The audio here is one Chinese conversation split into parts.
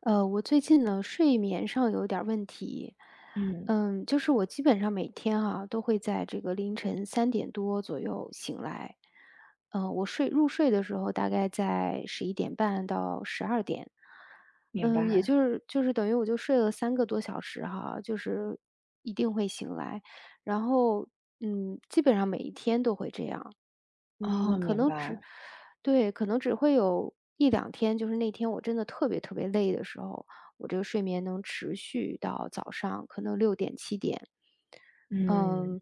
我最近呢，睡眠上有点儿问题。嗯，就是我基本上每天哈都会在这个凌晨三点多左右醒来。我入睡的时候大概在11点半到12点。明也白。就是等于我就睡了3个多小时哈，就是一定会醒来。然后基本上每一天都会这样。哦，嗯，可明能只白。对，可能只会有一两天，就是那天我真的特别特别累的时候，我这个睡眠能持续到早上可能6点、7点。嗯，嗯，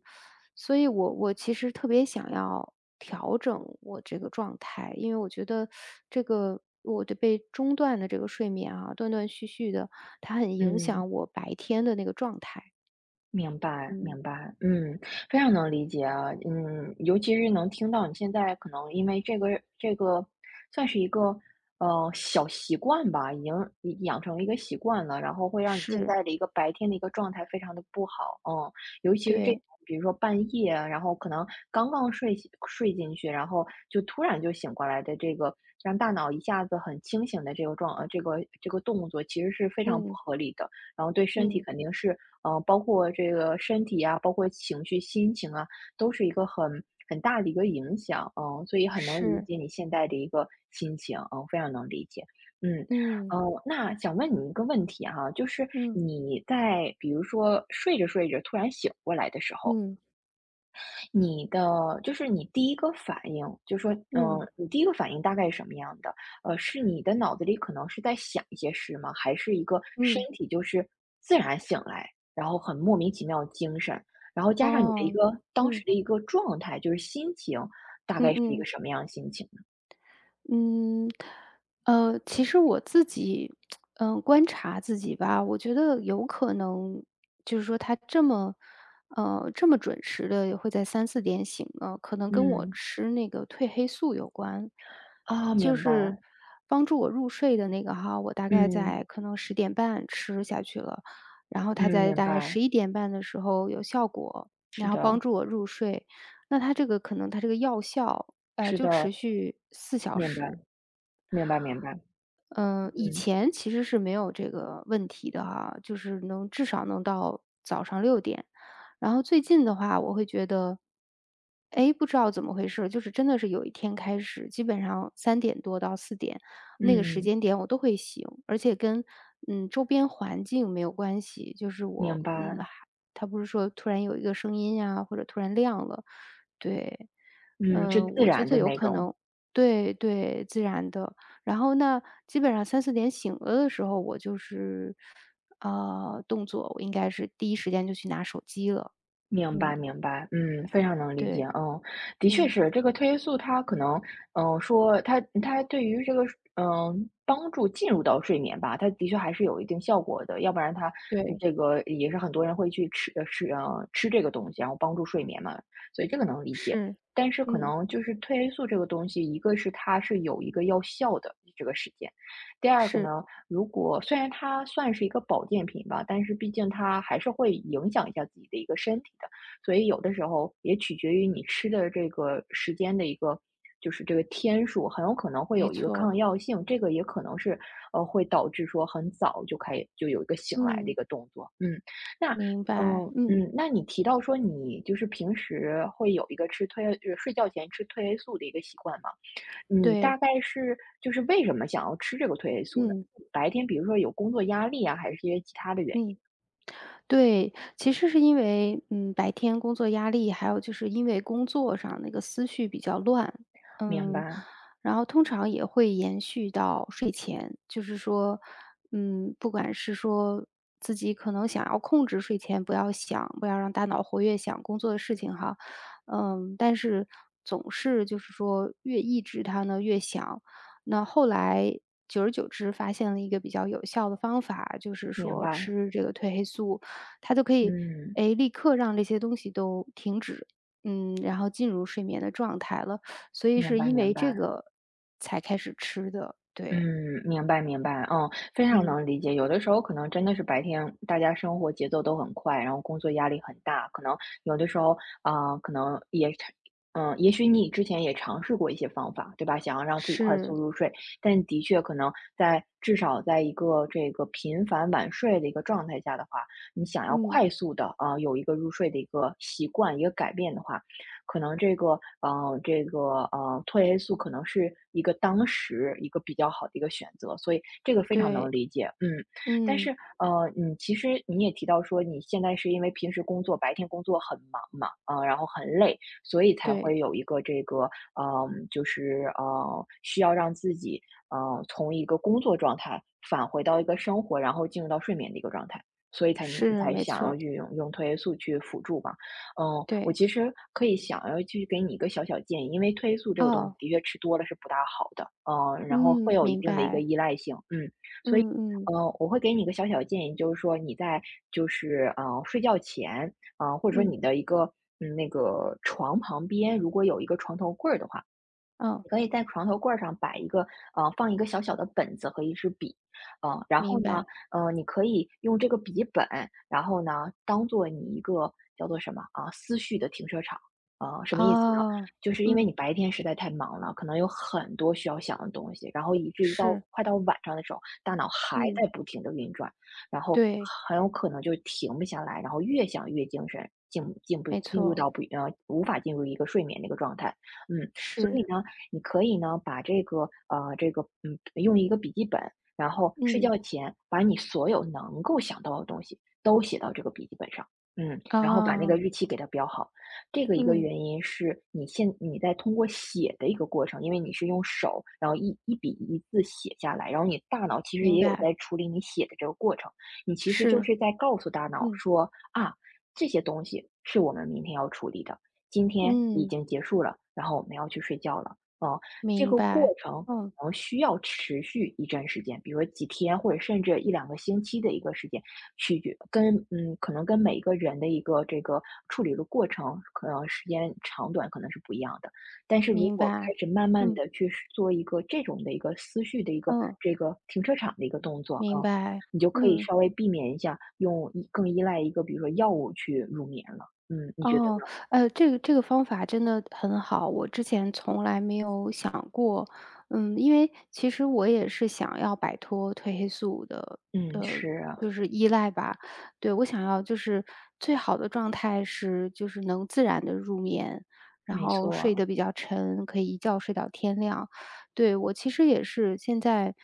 所以我其实特别想要调整我这个状态，因为我觉得这个我的被中断的这个睡眠啊，断断续续的，它很影嗯。响我白天的那个状态。明白，嗯。明白，嗯，非常能理解啊。嗯，尤其是能听到你现在可能因为这个这个算是一个小习惯吧，已养成了一个习惯了，然后会让你现是。在的一个白天的一个状态非常的不好。嗯，尤其是这种对。比如说半夜，然后可能刚刚睡醒睡进去，然后就突然就醒过来的这个，让大脑一下子很清醒的这个这个动作，其实是非常不嗯。合理的。然后对身体嗯。肯定是嗯，包括这个身体啊，包括情绪、心情啊，都是一个很大的一个影响。嗯，所以很能理是。解你现在的一个心情。嗯，非常能理解。嗯，嗯。呃，那想问你一个问题哈，就是嗯。你在比如说睡着睡着突然醒过来的时候，嗯。你的就是你第一个反应，就说，嗯，嗯。嗯你第一个反应大概是什么样的？呃，是你的脑子里可能是在想一些事吗？还是一个身嗯。体就是自然醒来，然后很莫名其妙精神，然后加上你的一哦。个当时嗯。的一个状态，就是心情，大概嗯是一个嗯。什么样的心情呢？嗯，其实我自己，观察自己吧，我觉得有可能，就是说他这么，呃，这么准时的会在三四点醒呢，可能跟我嗯，吃那个褪黑素有关。啊，就明是白。帮助我入睡的那个哈，我大概嗯，在可能10点半吃下去了，然后它嗯，在明大概白，十一点半的时候有效果，是然后的，帮助我入睡。那它这个可能它这个药效是就的，持续四小明白，时。明白，明白，嗯，以嗯，前其实是没有这个问题的哈，就是至少能到早上六点。然后最近的话，我会觉得，哎，不知道怎么回事，就是真的是有一天开始，基本上3点多到4点，那个时嗯，间点我都会醒，而且跟，周边环境没有关系。就是我明嗯，白，还它不是说突然有一个声音呀，或者突然亮了。对。嗯，是自我觉然得的有那可种。能对对，自然的。然后那基本上三四点醒了的时候，我就是，呃，动作我应该是第一时间就去拿手机了。明嗯。白明白，嗯，非常能理解。对。嗯，的确嗯。是这个褪黑素，它可能，嗯，说它对于这个，嗯，帮助进入到睡眠吧，它的确还是有一定效果的，要不然它嗯对。这个也是很多人会去吃这个东西，然后帮助睡眠嘛，所以这个能理解。是。但是可嗯。能就是褪黑素这个东西，一个是它是有一个药效的这个时间，第二个是。呢，如果虽然它算是一个保健品吧，但是毕竟它还是会影响一下自己的一个身体的，所以有的时候也取决于你吃的这个时间的一个，就是这个天数，很有可能会没有一个错。抗药性，这个也可能是会导致说很早就开就有一个醒来的一嗯。个动作。嗯，那明白。嗯嗯。嗯，那你提到说你就是平时会有一个吃褪就是睡觉前吃褪黑素的一个习惯吗？你大对。概是就是为什么想要吃这个褪黑素呢？嗯。白天比如说有工作压力啊，还是因为其他的原因？嗯。对，其实是因为，白天工作压力，还有就是因为工作上那个思绪比较乱。明嗯，白，然后通常也会延续到睡前。就是说，不管是说自己可能想要控制睡前不要想，不要让大脑活跃想工作的事情哈。但是总是就是说越抑制它呢越想，那后来久而久之发现了一个比较有效的方法，就是明说白，吃这个褪黑素。它就可以，嗯，哎，立刻让这些东西都停止。然后进入睡眠的状态了。所以明是白因明为这白。个才开始吃的。对。嗯，明白明白，嗯，非常嗯。能理解。有的时候可能真的是白天大家生活节奏都很快，然后工作压力很大，可能有的时候啊、可能也尝，嗯，也许你之前也尝试过一些方法，对吧？想要让自己快速是。入睡，但的确可能至少在一个这个频繁晚睡的一个状态下的话，你想要嗯。快速的啊、有一个入睡的一个改变的话，可能这个褪黑素可能是一个当时一个比较好的一个选择，所以这个非常能对。理解。嗯。但嗯。是你其实你也提到说，你现在是因为平时白天工作很忙嘛，啊，然后很累，所以才对。会有一个这个需要让自己从一个工作状态返回到一个生活，然后进入到睡眠的一个状态，所以才你是。才没想要错。去用褪黑素去辅助嘛。嗯，我对。其实可以想要去给你一个小小建议，因为褪黑素这个东西哦。的确吃多了是不大好的，嗯，然后会嗯。有一明定的一个白。依赖性。嗯，所以，嗯嗯嗯，我会给你一个小小建议，就是说就是嗯睡觉前，嗯或者说嗯。你的一个嗯那个床旁边，如果有一个床头柜儿的话，哦。你可以在床头柜儿上摆一个呃，放一个小小的本子和一支笔，然后明呢，白。你可以用这个笔记本，然后呢，当做你一个叫做什么啊，思绪的停车场。呃，什么意思呢？哦。就是因为嗯。你白天实在太忙了，可能有很多需要想的东西，然后以至于到是。快到晚上的时候，大脑还嗯。在不停的运转，然后对。很有可能就停不下来，然后越想越精神，进进不没进入错。到不呃，无法进入一个睡眠的一个状态。嗯，所以是。呢，你可以呢把用一个笔记本，然后睡嗯。觉前把你所有能够想到的东西都写到这个笔记本上。嗯，然后把那个哦。日期给它标好。这个一个嗯。原因是你在通过写的一个过程，因为你是用手，然后一笔一字写下来，然后你大脑其实明也有白。在处理你写的这个过程，你其实就是。是在告诉大脑嗯。说啊，这些东西是我们明天要处理的，今天已嗯。经结束了，然后我们要去睡觉了。嗯，这明个过白。程嗯。可能需要持续一段时间，比如说几天或者甚至一两个星期的一个时间，取决跟嗯，可能跟每一个人的一个这个处理的过程，可能时间长短可能是不一样的。但是如明果开白。始慢慢嗯。的去做一个这种的一个思绪的一个嗯。这个停车场的一个动作啊，明嗯白。你就可以嗯。稍微避免一下更依赖一个比如说药物去入眠了。嗯，你觉得哦。呢？这个方法真的很好，我之前从来没有想过。因为其实我也是想要摆脱褪黑素的。嗯，呃，是啊就是依赖吧。对，我想要就是最好的状态是，就是能自然的入眠，然没后睡错。得比较沉，可以一觉睡到天亮。对，我其实也是现在，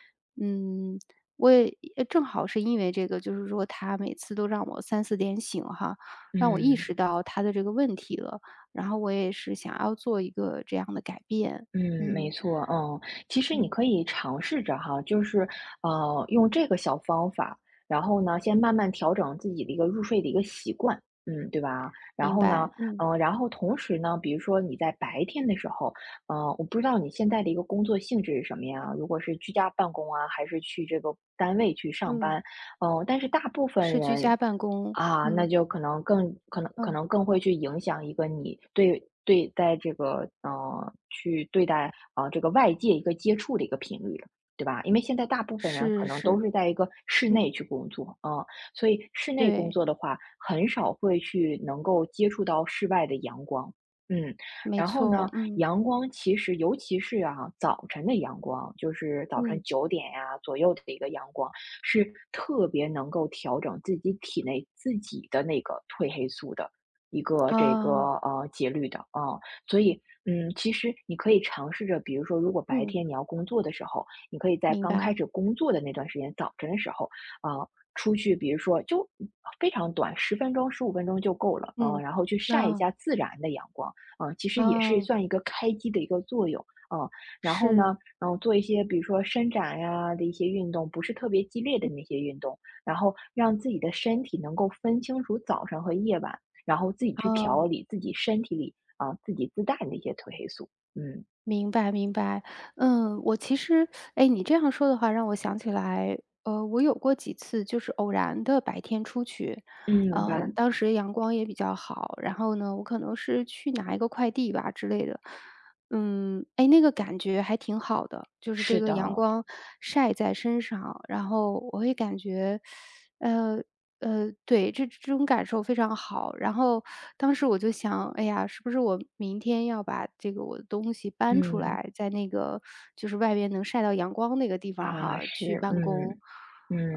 嗯，我也正好是因为这个，就是说他每次都让我三四点醒哈，让我意嗯。识到他的这个问题了，然后我也是想要做一个这样的改变。嗯，没嗯错。嗯，其实你嗯。可以尝试着哈，就是，用这个小方法，然后呢，先慢慢调整自己的一个入睡的一个习惯，嗯，对吧？然明后呢，白。嗯嗯、然后同时呢，比如说你在白天的时候，嗯、我不知道你现在的一个工作性质是什么呀？如果是居家办公啊，还是去这个单位去上嗯。班，嗯、但是大部分是居人家办公。啊，那嗯就可嗯。能更会去影响一个你对待这个对待啊这个外界一个接触的一个频率了，对吧？因为现在大部分人可是能都是。是在一个室内嗯。去工作。嗯，所以室内工对。作的话，很少会去能够接触到室外的阳光。嗯，没然后错。呢，嗯阳光其实尤其是啊，早晨的阳光，就是早晨嗯9点呀、左右的一个阳光，是特别能够调整自己体内自己的那个褪黑素的一个这个啊。节律的啊、所以嗯，其实你可以尝试着，比如说，如果白嗯。天你要工作的时候，你可以在明刚开白。始工作的那段时间，早晨的时候啊、出去，比如说就非常短，十分钟、15分钟就够了。嗯、嗯。然后去晒一哦下自然的阳光，啊、其实也是啊算一个开机的一个作用。嗯、然后呢，是然后做一些比如说伸展呀的一些运动，不是特别激烈的那些运动，然后让自己的身体能够分清楚早上和夜晚，然后自己去啊。调理自己身体里啊、自己自带的一些褪黑素。嗯明白明白。嗯。我其实，哎，你这样说的话，让我想起来。我有过几次就是偶然的白天出去。嗯，明白，当时阳光也比较好，然后呢，我可能是去拿一个快递吧之类的。那个感觉还挺好的，就是这是个的，阳光晒在身上，然后我会感觉，呃对，这种感受非常好。然后当时我就想，哎呀，是不是我明天要把这个我的东西搬出嗯来，在那个就是外边能晒到阳光那个地方啊哈，去是，办公。嗯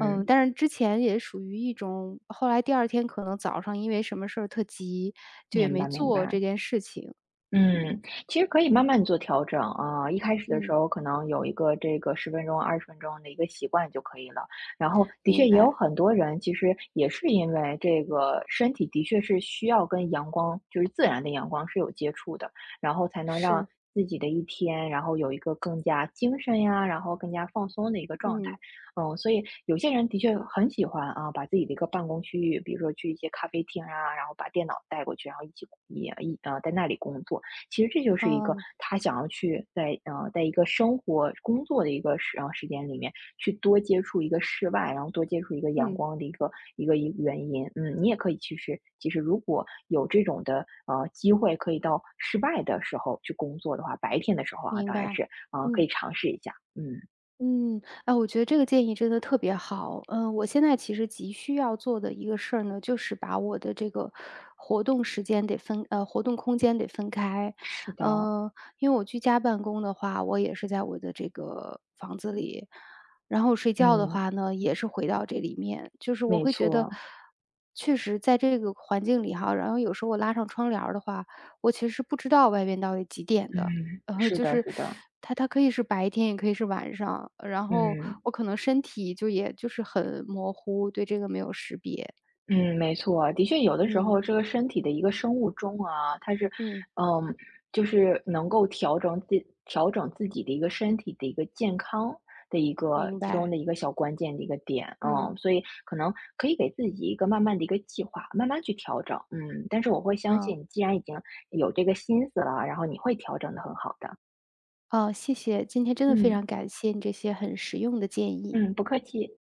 但是之前也属于一种，后来第二天可能早上因为什么事儿特急，就也明没白明做白。这件事情。嗯嗯，其实可以慢慢做调整啊，一开始的时嗯。候可能有一个这个十分钟、20分钟的一个习惯就可以了。然后的确明也有白。很多人，其实也是因为这个身体的确是需要跟阳光，就是自然的阳光是有接触的，然后才能让是。自己的一天，然后有一个更加精神呀，然后更加放松的一个状态。嗯。嗯，所以有些人的确很喜欢啊，把自己的一个办公区域，比如说去一些咖啡厅啊，然后把电脑带过去，然后一起一一呃在那里工作。其实这就是一个哦。他想要去在一个生活工作的一个时间里面去多接触一个室外，然后多接触一个阳嗯。光的一个原因。嗯，你也可以其实其实如果有这种的，机会可以到室外的时候去工作的话，白天的时候啊，明当然白。是，可以嗯。尝试一下。嗯。嗯，哎，我觉得这个建议真的特别好。嗯，我现在其实急需要做的一个事儿呢，就是把我的这个活动空间得分开。是的，嗯，因为我居家办公的话，我也是在我的这个房子里，然后睡觉的嗯，话呢，也是回到这里面。就是我没会觉得，错，确实在这个环境里哈，然后有时候我拉上窗帘儿的话，我其实是不知道外面到底几点的。嗯，是就的，是是的，它可以是白天，也可以是晚上，然后嗯。我可能身体就也就是很模糊，对这个没有识别。嗯，没错，的确，有的时嗯。候这个身体的一个生物钟啊，它是，嗯。嗯，就是能够调整自己的一个身体的一个健康的一个明其中白。的一个小关键的一个点。嗯。嗯，所以可能可以给自己一个慢慢的一个计划，慢慢去调整。嗯，但是我会相哦。信，既然已经有这个心思了，然后你会调整的很好的。哦。谢谢，今天真的非嗯常感谢你这些很实用的建议。嗯，不客气。